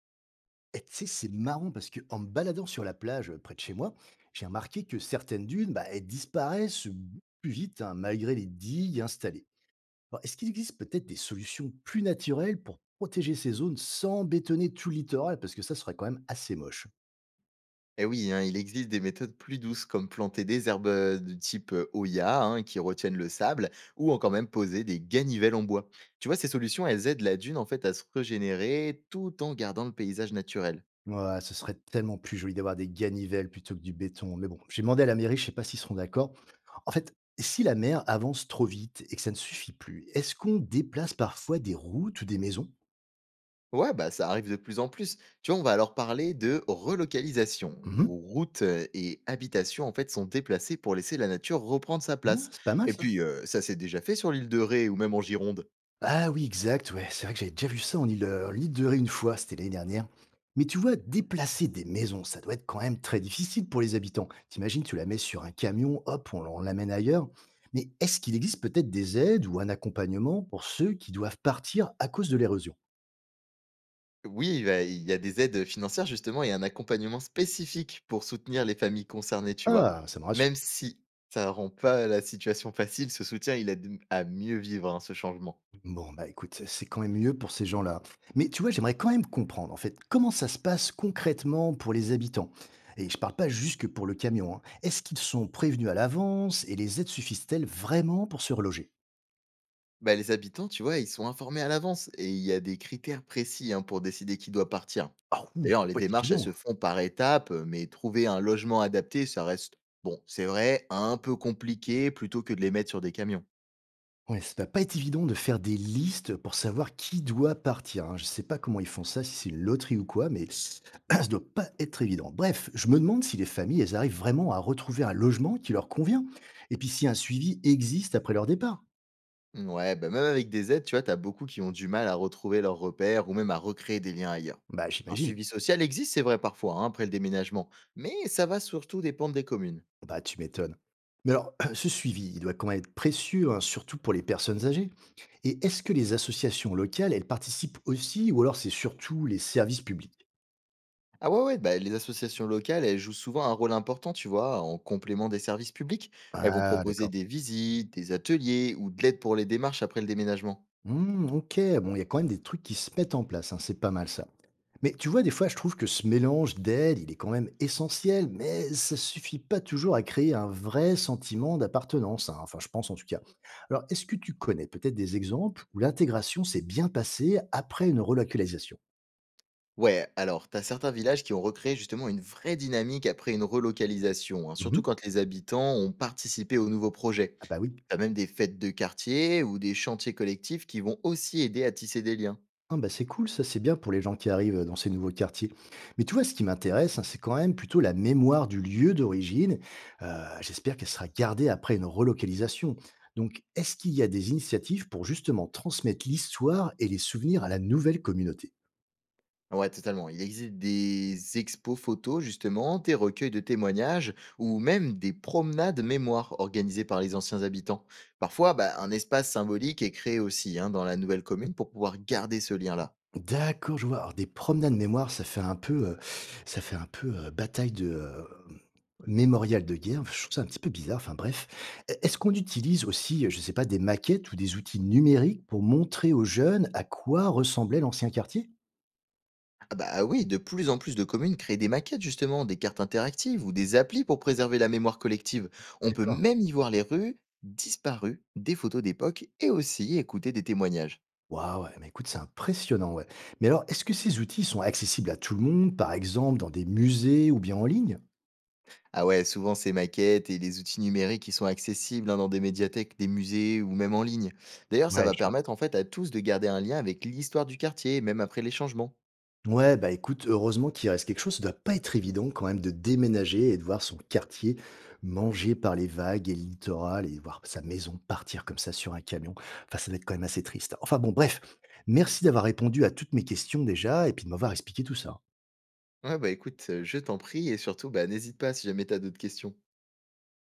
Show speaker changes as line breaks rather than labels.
Et tu sais, c'est marrant parce que en me baladant sur la plage près de chez moi, j'ai remarqué que certaines dunes, bah, elles disparaissent beaucoup plus vite, hein, malgré les digues installées. Alors, est-ce qu'il existe peut-être des solutions plus naturelles pour protéger ces zones sans bétonner tout le littoral? Parce que ça serait quand même assez moche.
Et oui, hein, il existe des méthodes plus douces comme planter des herbes de type Oya hein, qui retiennent le sable ou encore même poser des ganivelles en bois. Tu vois, ces solutions, elles aident la dune en fait à se régénérer tout en gardant le paysage naturel.
Ouais, ce serait tellement plus joli d'avoir des ganivelles plutôt que du béton. Mais bon, j'ai demandé à la mairie, je sais pas s'ils seront d'accord. En fait, si la mer avance trop vite et que ça ne suffit plus, est-ce qu'on déplace parfois des routes ou des maisons?
Ouais, bah ça arrive de plus en plus. Tu vois, on va alors parler de relocalisation,
Mhm.
où routes et habitations en fait sont déplacées pour laisser la nature reprendre sa
Ouais,
place.
c'est pas mal
Et
ça.
puis, ça s'est déjà fait sur l'île de Ré ou même en Gironde.
Ah oui, exact, ouais. C'est vrai que j'avais déjà vu ça en île de Ré une fois, c'était l'année dernière. Mais tu vois, déplacer des maisons, ça doit être quand même très difficile pour les habitants. T'imagines, tu la mets sur un camion, hop, on l'amène ailleurs. Mais est-ce qu'il existe peut-être des aides ou un accompagnement pour ceux qui doivent partir à cause de l'érosion?
Oui, bah, il y a des aides financières justement et un accompagnement spécifique pour soutenir les familles concernées, tu vois.
Ah, ça me
Même
rassure.
si ça rend pas la situation facile, ce soutien, il aide à mieux vivre hein, ce changement.
Bon, bah écoute, c'est quand même mieux pour ces gens-là. Mais tu vois, j'aimerais quand même comprendre, en fait, comment ça se passe concrètement pour les habitants. Et je parle pas juste que pour le camion, hein. Est-ce qu'ils sont prévenus à l'avance et les aides suffisent-elles vraiment pour se reloger?
Bah, les habitants, tu vois, ils sont informés à l'avance et il y a des critères précis hein, pour décider qui doit partir.
Ah ouh, ça
D'ailleurs,
va
les
pas être
démarches, elles
évident.
se font par étapes, mais trouver un logement adapté, ça reste, bon, c'est vrai, un peu compliqué plutôt que de les mettre sur des camions.
Ouais, ça va pas être évident de faire des listes pour savoir qui doit partir, hein. Je sais pas comment ils font ça, si c'est une loterie ou quoi, mais ça doit pas être évident. Bref, je me demande si les familles, elles arrivent vraiment à retrouver un logement qui leur convient, et puis si un suivi existe après leur départ.
Ouais, bah, même avec des aides, tu vois, t'as beaucoup qui ont du mal à retrouver leurs repères ou même à recréer des liens ailleurs.
Bah,
Un
j'imagine.
suivi social existe, c'est vrai parfois, hein, après le déménagement, mais ça va surtout dépendre des communes.
Bah, tu m'étonnes. Mais alors, ce suivi, il doit quand même être précieux, hein, surtout pour les personnes âgées. Et est-ce que les associations locales, elles participent aussi, ou alors c'est surtout les services publics?
Ah ouais, ouais, bah, les associations locales, elles jouent souvent un rôle important, tu vois, en complément des services publics. Elles vont
Ah,
proposer
d'accord.
des visites, des ateliers ou de l'aide pour les démarches après le déménagement.
Hmm, ok, bon, il y a quand même des trucs qui se mettent en place, hein, c'est pas mal ça. Mais tu vois, des fois, je trouve que ce mélange d'aides, il est quand même essentiel, mais ça suffit pas toujours à créer un vrai sentiment d'appartenance, hein, enfin, je pense en tout cas. Alors, est-ce que tu connais peut-être des exemples où l'intégration s'est bien passée après une relocalisation?
Ouais, alors, t'as certains villages qui ont recréé justement une vraie dynamique après une relocalisation, hein,
Mhm.
surtout quand les habitants ont participé au nouveau projet.
Ah bah oui.
Tu même des fêtes de quartier ou des chantiers collectifs qui vont aussi aider à tisser des liens.
Ah bah c'est cool, ça c'est bien pour les gens qui arrivent dans ces nouveaux quartiers. Mais tu vois, ce qui m'intéresse, hein, c'est quand même plutôt la mémoire du lieu d'origine. J'espère qu'elle sera gardée après une relocalisation. Donc, est-ce qu'il y a des initiatives pour justement transmettre l'histoire et les souvenirs à la nouvelle communauté?
Ouais, totalement. Il existe des expos photos, justement, des recueils de témoignages ou même des promenades mémoire organisées par les anciens habitants. Parfois, bah, un espace symbolique est créé aussi hein, dans la nouvelle commune pour pouvoir garder ce lien-là.
D'accord, je vois. Alors des promenades mémoire, ça fait un peu, ça fait un peu, bataille de, mémorial de guerre. Je trouve ça un petit peu bizarre, enfin bref. Est-ce qu'on utilise aussi, je sais pas, des maquettes ou des outils numériques pour montrer aux jeunes à quoi ressemblait l'ancien quartier?
Ah bah oui, de plus en plus de communes créent des maquettes, justement, des cartes interactives ou des applis pour préserver la mémoire collective. On peut
D'accord.
même y voir les rues disparues, des photos d'époque et aussi écouter des témoignages.
Waouh, ouais, mais écoute, c'est impressionnant, ouais. Mais alors, est-ce que ces outils sont accessibles à tout le monde, par exemple dans des musées ou bien en ligne?
Ah ouais, souvent ces maquettes et les outils numériques qui sont accessibles hein, dans des médiathèques, des musées ou même en ligne. D'ailleurs, ça
Ouais,
va
je vois.
permettre en fait à tous de garder un lien avec l'histoire du quartier, même après les changements.
Ouais, bah écoute, heureusement qu'il reste quelque chose. Ça doit pas être évident quand même de déménager et de voir son quartier mangé par les vagues et le littoral et voir sa maison partir comme ça sur un camion. Enfin, ça doit être quand même assez triste. Enfin bon, bref, merci d'avoir répondu à toutes mes questions déjà et puis de m'avoir expliqué tout ça.
Ouais, bah écoute, je t'en prie et surtout, bah, n'hésite pas si jamais t'as d'autres questions.